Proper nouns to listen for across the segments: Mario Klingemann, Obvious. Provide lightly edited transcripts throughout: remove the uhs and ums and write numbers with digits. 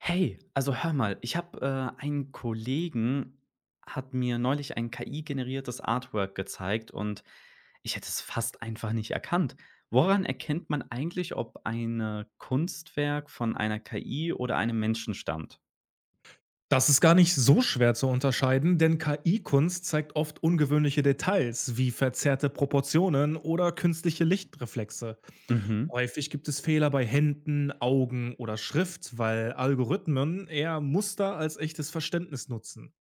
Hey, also hör mal, ich habe einen Kollegen, hat mir neulich ein KI-generiertes Artwork gezeigt, und ich hätte es fast einfach nicht erkannt. Woran erkennt man eigentlich, ob ein Kunstwerk von einer KI oder einem Menschen stammt? Das ist gar nicht so schwer zu unterscheiden, denn KI-Kunst zeigt oft ungewöhnliche Details wie verzerrte Proportionen oder künstliche Lichtreflexe. Mhm. Häufig gibt es Fehler bei Händen, Augen oder Schrift, weil Algorithmen eher Muster als echtes Verständnis nutzen.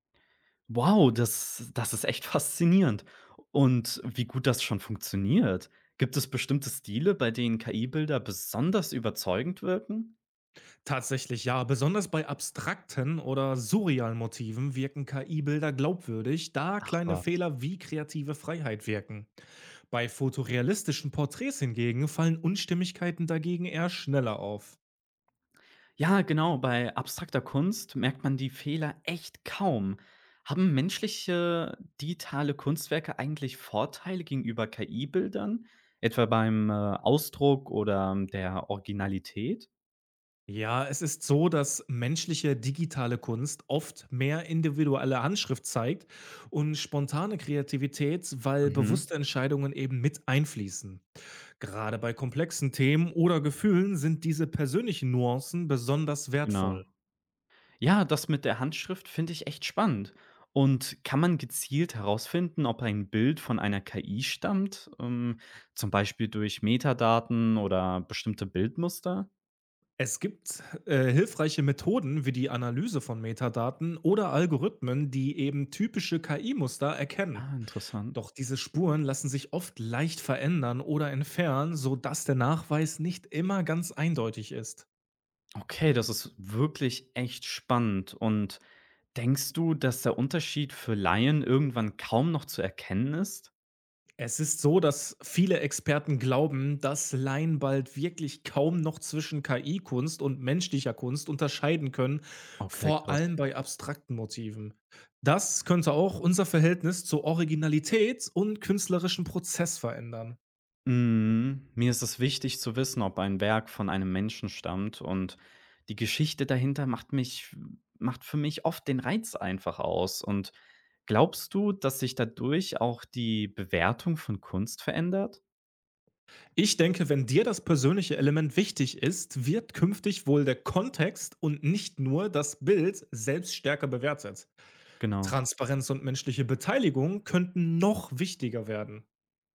Wow, das ist echt faszinierend. Und wie gut das schon funktioniert. Gibt es bestimmte Stile, bei denen KI-Bilder besonders überzeugend wirken? Tatsächlich ja. Besonders bei abstrakten oder surrealen Motiven wirken KI-Bilder glaubwürdig, da Ach kleine was. Fehler wie kreative Freiheit wirken. Bei fotorealistischen Porträts hingegen fallen Unstimmigkeiten dagegen eher schneller auf. Ja, genau. Bei abstrakter Kunst merkt man die Fehler echt kaum. Haben menschliche digitale Kunstwerke eigentlich Vorteile gegenüber KI-Bildern, etwa beim Ausdruck oder der Originalität? Ja, es ist so, dass menschliche digitale Kunst oft mehr individuelle Handschrift zeigt und spontane Kreativität, weil Mhm, bewusste Entscheidungen eben mit einfließen. Gerade bei komplexen Themen oder Gefühlen sind diese persönlichen Nuancen besonders genau. wertvoll. Ja, das mit der Handschrift finde ich echt spannend. Und kann man gezielt herausfinden, ob ein Bild von einer KI stammt, zum Beispiel durch Metadaten oder bestimmte Bildmuster? Es gibt hilfreiche Methoden wie die Analyse von Metadaten oder Algorithmen, die eben typische KI-Muster erkennen. Ah, interessant. Doch diese Spuren lassen sich oft leicht verändern oder entfernen, sodass der Nachweis nicht immer ganz eindeutig ist. Okay, das ist wirklich echt spannend. Und denkst du, dass der Unterschied für Laien irgendwann kaum noch zu erkennen ist? Es ist so, dass viele Experten glauben, dass Laien bald wirklich kaum noch zwischen KI-Kunst und menschlicher Kunst unterscheiden können, Okay, vor krass. allem bei abstrakten Motiven. Das könnte auch unser Verhältnis zur Originalität und künstlerischen Prozess verändern. Mhm. Mir ist es wichtig zu wissen, ob ein Werk von einem Menschen stammt, und die Geschichte dahinter macht mich macht für mich oft den Reiz einfach aus. Und glaubst du, dass sich dadurch auch die Bewertung von Kunst verändert? Ich denke, wenn dir das persönliche Element wichtig ist, wird künftig wohl der Kontext und nicht nur das Bild selbst stärker bewertet. Genau. Transparenz und menschliche Beteiligung könnten noch wichtiger werden.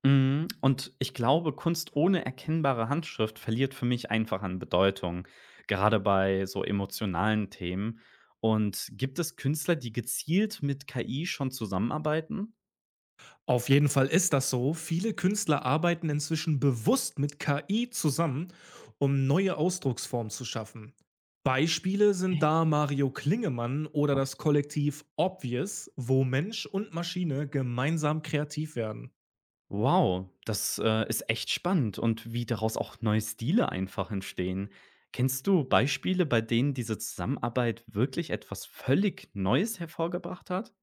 Mhm, und ich glaube, Kunst ohne erkennbare Handschrift verliert für mich einfach an Bedeutung, gerade bei so emotionalen Themen. Und gibt es Künstler, die gezielt mit KI schon zusammenarbeiten? Auf jeden Fall ist das so. Viele Künstler arbeiten inzwischen bewusst mit KI zusammen, um neue Ausdrucksformen zu schaffen. Beispiele sind da Echt? Mario Klingemann oder das Krass. Kollektiv Obvious, wo Mensch und Maschine gemeinsam kreativ werden. Wow, ist echt spannend, und wie daraus auch neue Stile einfach entstehen. Kennst du Beispiele, bei denen diese Zusammenarbeit wirklich etwas völlig Neues hervorgebracht hat?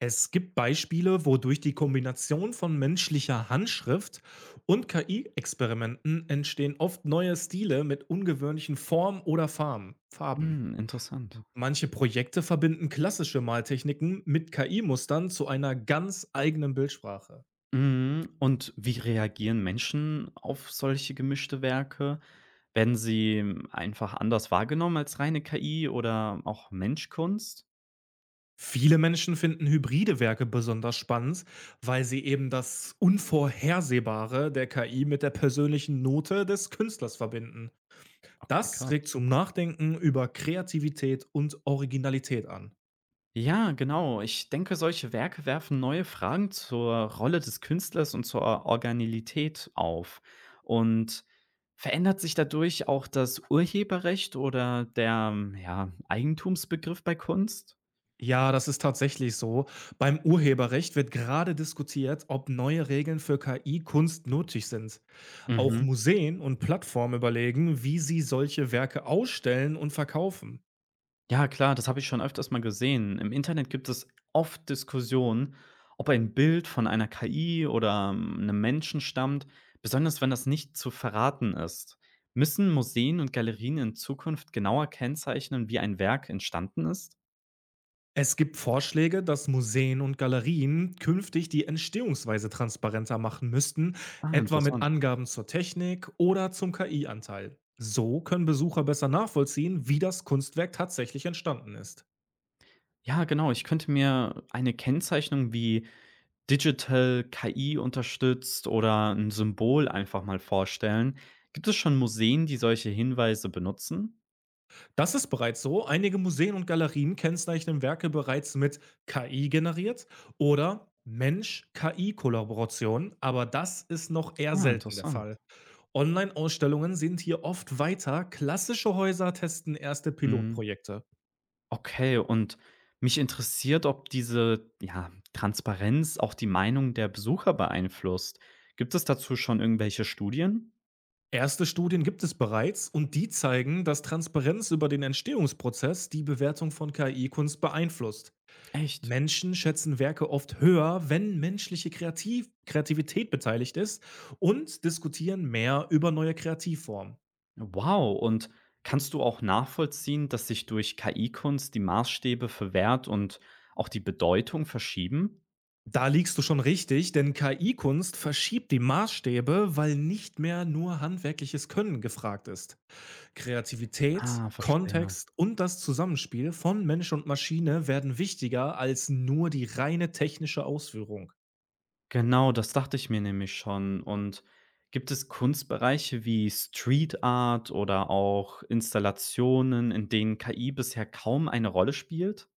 Es gibt Beispiele, wo durch die Kombination von menschlicher Handschrift und KI-Experimenten entstehen oft neue Stile mit ungewöhnlichen Formen oder Farben. Hm, interessant. Manche Projekte verbinden klassische Maltechniken mit KI-Mustern zu einer ganz eigenen Bildsprache. Mhm. Und wie reagieren Menschen auf solche gemischte Werke? Werden sie einfach anders wahrgenommen als reine KI oder auch Menschkunst? Viele Menschen finden hybride Werke besonders spannend, weil sie eben das Unvorhersehbare der KI mit der persönlichen Note des Künstlers verbinden. Okay, Das krass. regt zum Nachdenken über Kreativität und Originalität an. Ja, genau. Ich denke, solche Werke werfen neue Fragen zur Rolle des Künstlers und zur Organilität auf. Und verändert sich dadurch auch das Urheberrecht oder der, ja, Eigentumsbegriff bei Kunst? Ja, das ist tatsächlich so. Beim Urheberrecht wird gerade diskutiert, ob neue Regeln für KI Kunst nötig sind. Auch Mhm. Museen und Plattformen überlegen, wie sie solche Werke ausstellen und verkaufen. Ja, klar, das habe ich schon öfters mal gesehen. Im Internet gibt es oft Diskussionen, ob ein Bild von einer KI oder einem Menschen stammt, besonders wenn das nicht zu verraten ist. Müssen Museen und Galerien in Zukunft genauer kennzeichnen, wie ein Werk entstanden ist? Es gibt Vorschläge, dass Museen und Galerien künftig die Entstehungsweise transparenter machen müssten, Ah, etwa mit interessant. Angaben zur Technik oder zum KI-Anteil. So können Besucher besser nachvollziehen, wie das Kunstwerk tatsächlich entstanden ist. Ja, genau. Ich könnte mir eine Kennzeichnung wie Digital KI unterstützt oder ein Symbol einfach mal vorstellen. Gibt es schon Museen, die solche Hinweise benutzen? Das ist bereits so. Einige Museen und Galerien kennzeichnen Werke bereits mit KI generiert oder Mensch-KI-Kollaboration, aber das ist noch eher Ah, selten der interessant. Fall. Online-Ausstellungen sind hier oft weiter. Klassische Häuser testen erste Mhm. Pilotprojekte. Okay, und mich interessiert, ob diese, ja, Transparenz auch die Meinung der Besucher beeinflusst. Gibt es dazu schon irgendwelche Studien? Erste Studien gibt es bereits und die zeigen, dass Transparenz über den Entstehungsprozess die Bewertung von KI-Kunst beeinflusst. Echt? Menschen schätzen Werke oft höher, wenn menschliche Kreativität beteiligt ist und diskutieren mehr über neue Kreativformen. Wow, und kannst du auch nachvollziehen, dass sich durch KI-Kunst die Maßstäbe für Wert und auch die Bedeutung verschieben? Da liegst du schon richtig, denn KI-Kunst verschiebt die Maßstäbe, weil nicht mehr nur handwerkliches Können gefragt ist. Kreativität, Ah, verstehe. Kontext und das Zusammenspiel von Mensch und Maschine werden wichtiger als nur die reine technische Ausführung. Genau, das dachte ich mir nämlich schon. Und gibt es Kunstbereiche wie Street Art oder auch Installationen, in denen KI bisher kaum eine Rolle spielt?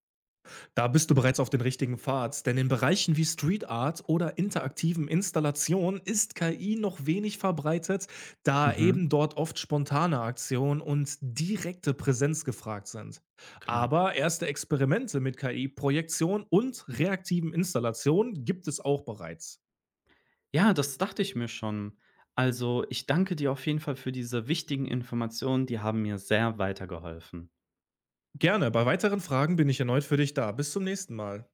Da bist du bereits auf den richtigen Pfad, denn in Bereichen wie Street Art oder interaktiven Installationen ist KI noch wenig verbreitet, da Mhm, eben dort oft spontane Aktionen und direkte Präsenz gefragt sind. klar. Aber erste Experimente mit KI-Projektion und reaktiven Installationen gibt es auch bereits. Ja, das dachte ich mir schon. Also, ich danke dir auf jeden Fall für diese wichtigen Informationen, die haben mir sehr weitergeholfen. Gerne, bei weiteren Fragen bin ich erneut für dich da. Bis zum nächsten Mal.